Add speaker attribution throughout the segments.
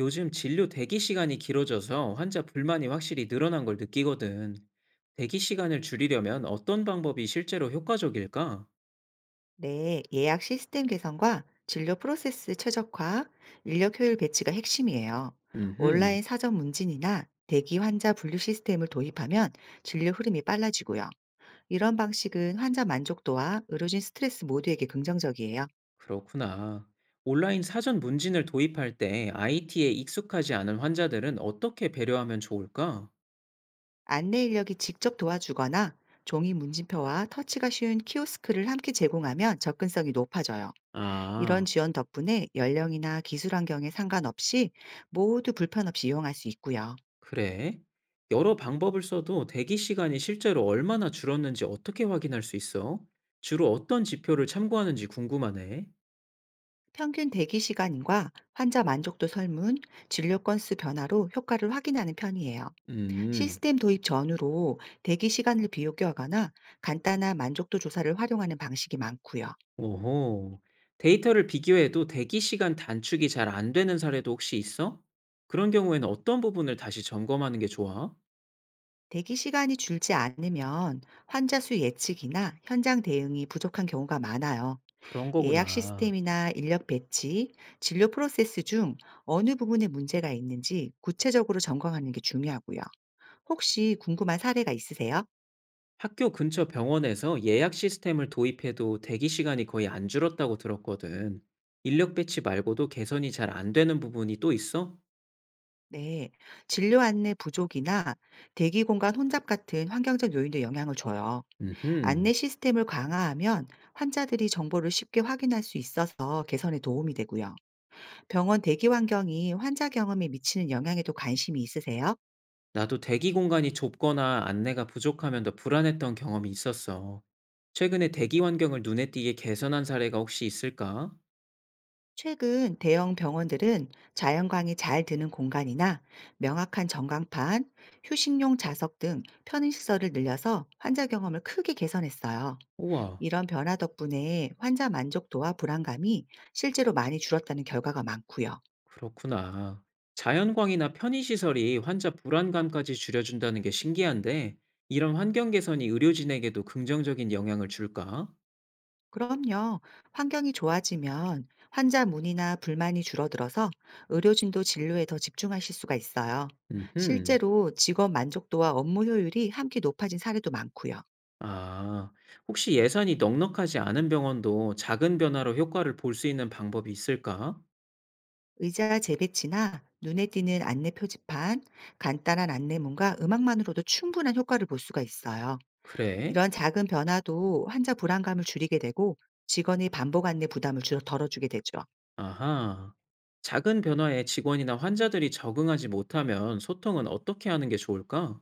Speaker 1: 요즘 진료 대기 시간이 길어져서 환자 불만이 확실히 늘어난 걸 느끼거든. 대기 시간을 줄이려면 어떤 방법이 실제로 효과적일까?
Speaker 2: 네, 예약 시스템 개선과 진료 프로세스 최적화, 인력 효율 배치가 핵심이에요. 온라인
Speaker 1: 음,
Speaker 2: 사전 문진이나 대기 환자 분류 시스템을 도입하면 진료 흐름이 빨라지고요. 이런 방식은 환자 만족도와 의료진 스트레스 모두에게 긍정적이에요.
Speaker 1: 그렇구나. 온라인 사전 문진을 도입할 때 IT에 익숙하지 않은 환자들은 어떻게 배려하면 좋을까?
Speaker 2: 안내 인력이 직접 도와주거나 종이 문진표와 터치가 쉬운 키오스크를 함께 제공하면 접근성이 높아져요. 이런
Speaker 1: 아,
Speaker 2: 지원 덕분에 연령이나 기술 환경에 상관없이 모두 불편 없이 이용할 수 있고요.
Speaker 1: 그래? 여러 방법을 써도 대기 시간이 실제로 얼마나 줄었는지 어떻게 확인할 수 있어? 주로 어떤 지표를 참고하는지 궁금하네.
Speaker 2: 평균 대기 시간과 환자 만족도 설문, 진료 건수 변화로 효과를 확인하는 편이에요.
Speaker 1: 음.
Speaker 2: 시스템 도입 전후로 대기 시간을 비교하거나 간단한 만족도 조사를 활용하는 방식이 많고요.
Speaker 1: 오호. 데이터를 비교해도 대기 시간 단축이 잘 안 되는 사례도 혹시 있어? 그런 경우에는 어떤 부분을 다시 점검하는 게 좋아?
Speaker 2: 대기 시간이 줄지 않으면 환자 수 예측이나 현장 대응이 부족한 경우가 많아요.
Speaker 1: 그런
Speaker 2: 예약
Speaker 1: 거구나.
Speaker 2: 시스템이나 인력 배치, 진료 프로세스 중 어느 부분에 문제가 있는지 구체적으로 점검하는 게 중요하고요. 혹시 궁금한 사례가 있으세요?
Speaker 1: 학교 근처 병원에서 예약 시스템을 도입해도 대기 시간이 거의 안 줄었다고 들었거든. 인력 배치 말고도 개선이 잘 안 되는 부분이 또 있어?
Speaker 2: 네, 진료 안내 부족이나 대기 공간 혼잡 같은 환경적 요인도 영향을 줘요.
Speaker 1: 음흠.
Speaker 2: 안내 시스템을 강화하면 환자들이 정보를 쉽게 확인할 수 있어서 개선에 도움이 되고요. 병원 대기 환경이 환자 경험에 미치는 영향에도 관심이 있으세요?
Speaker 1: 나도 대기 공간이 좁거나 안내가 부족하면 더 불안했던 경험이 있었어. 최근에 대기 환경을 눈에 띄게 개선한 사례가 혹시 있을까?
Speaker 2: 최근 대형 병원들은 자연광이 잘 드는 공간이나 명확한 전광판, 휴식용 좌석 등 편의시설을 늘려서 환자 경험을 크게 개선했어요.
Speaker 1: 우와.
Speaker 2: 이런 변화 덕분에 환자 만족도와 불안감이 실제로 많이 줄었다는 결과가 많고요.
Speaker 1: 그렇구나. 자연광이나 편의시설이 환자 불안감까지 줄여준다는 게 신기한데, 이런 환경 개선이 의료진에게도 긍정적인 영향을 줄까?
Speaker 2: 그럼요. 환경이 좋아지면 환자 문의나 불만이 줄어들어서 의료진도 진료에 더 집중하실 수가 있어요.
Speaker 1: 음흠.
Speaker 2: 실제로 직업 만족도와 업무 효율이 함께 높아진 사례도 많고요.
Speaker 1: 아, 혹시 예산이 넉넉하지 않은 병원도 작은 변화로 효과를 볼 수 있는 방법이 있을까?
Speaker 2: 의자 재배치나 눈에 띄는 안내 표지판, 간단한 안내문과 음악만으로도 충분한 효과를 볼 수가 있어요.
Speaker 1: 그래?
Speaker 2: 이런 작은 변화도 환자 불안감을 줄이게 되고 직원의 반복 안내 부담을 줄어 덜어주게 되죠.
Speaker 1: 아하. 작은 변화에 직원이나 환자들이 적응하지 못하면 소통은 어떻게 하는 게 좋을까?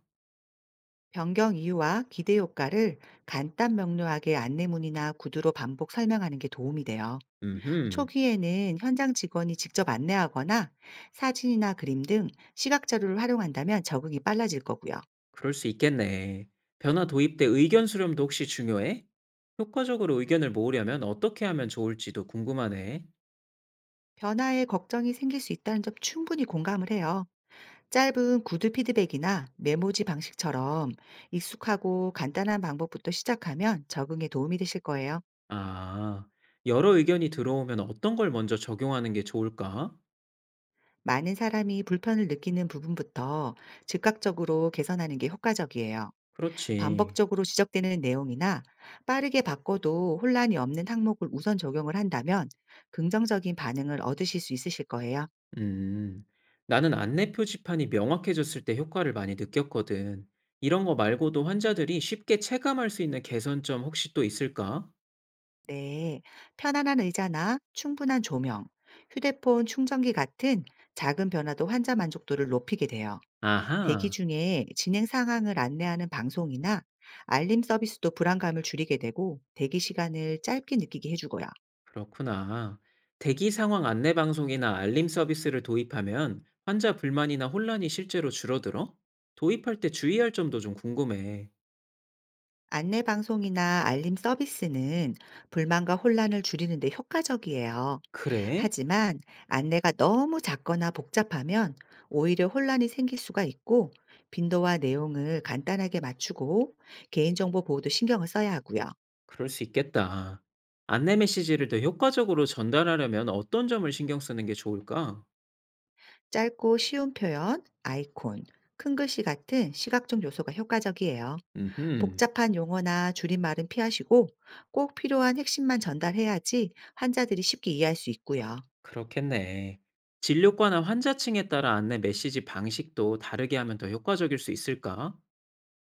Speaker 2: 변경 이유와 기대 효과를 간단 명료하게 안내문이나 구두로 반복 설명하는 게 도움이 돼요.
Speaker 1: 음흠.
Speaker 2: 초기에는 현장 직원이 직접 안내하거나 사진이나 그림 등 시각 자료를 활용한다면 적응이 빨라질 거고요.
Speaker 1: 그럴 수 있겠네. 변화 도입 때 의견 수렴도 혹시 중요해? 효과적으로 의견을 모으려면 어떻게 하면 좋을지도 궁금하네.
Speaker 2: 변화에 걱정이 생길 수 있다는 점 충분히 공감을 해요. 짧은 구두 피드백이나 메모지 방식처럼 익숙하고 간단한 방법부터 시작하면 적응에 도움이 되실 거예요.
Speaker 1: 아, 여러 의견이 들어오면 어떤 걸 먼저 적용하는 게 좋을까?
Speaker 2: 많은 사람이 불편을 느끼는 부분부터 즉각적으로 개선하는 게 효과적이에요.
Speaker 1: 그렇지.
Speaker 2: 반복적으로 지적되는 내용이나 빠르게 바꿔도 혼란이 없는 항목을 우선 적용을 한다면 긍정적인 반응을 얻으실 수 있으실 거예요.
Speaker 1: 음, 나는 안내 표지판이 명확해졌을 때 효과를 많이 느꼈거든. 이런 거 말고도 환자들이 쉽게 체감할 수 있는 개선점 혹시 또 있을까?
Speaker 2: 네. 편안한 의자나 충분한 조명, 휴대폰 충전기 같은 작은 변화도 환자 만족도를 높이게 돼요. 대기
Speaker 1: 아하.
Speaker 2: 중에 진행 상황을 안내하는 방송이나 알림 서비스도 불안감을 줄이게 되고 대기 시간을 짧게 느끼게 해주고요.
Speaker 1: 그렇구나. 대기 상황 안내 방송이나 알림 서비스를 도입하면 환자 불만이나 혼란이 실제로 줄어들어? 도입할 때 주의할 점도 좀 궁금해.
Speaker 2: 안내 방송이나 알림 서비스는 불만과 혼란을 줄이는 데 효과적이에요.
Speaker 1: 그래?
Speaker 2: 하지만 안내가 너무 작거나 복잡하면 오히려 혼란이 생길 수가 있고 빈도와 내용을 간단하게 맞추고 개인정보 보호도 신경을 써야 하고요.
Speaker 1: 그럴 수 있겠다. 안내 메시지를 더 효과적으로 전달하려면 어떤 점을 신경 쓰는 게 좋을까?
Speaker 2: 짧고 쉬운 표현, 아이콘, 큰 글씨 같은 시각적 요소가 효과적이에요.
Speaker 1: 음흠,
Speaker 2: 복잡한 용어나 줄임말은 피하시고 꼭 필요한 핵심만 전달해야지 환자들이 쉽게 이해할 수 있고요.
Speaker 1: 그렇겠네. 진료과나 환자층에 따라 안내 메시지 방식도 다르게 하면 더 효과적일 수 있을까?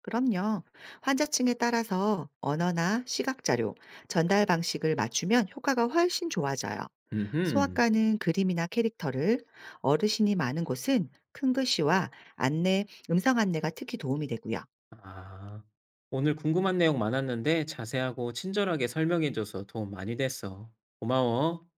Speaker 2: 그럼요. 환자층에 따라서 언어나 시각 자료, 전달 방식을 맞추면 효과가 훨씬 좋아져요.
Speaker 1: 음흠.
Speaker 2: 소아과는 그림이나 캐릭터를, 어르신이 많은 곳은 큰 글씨와 안내, 음성 안내가 특히 도움이 되고요.
Speaker 1: 아, 오늘 궁금한 내용 많았는데 자세하고 친절하게 설명해줘서 도움 많이 됐어. 고마워.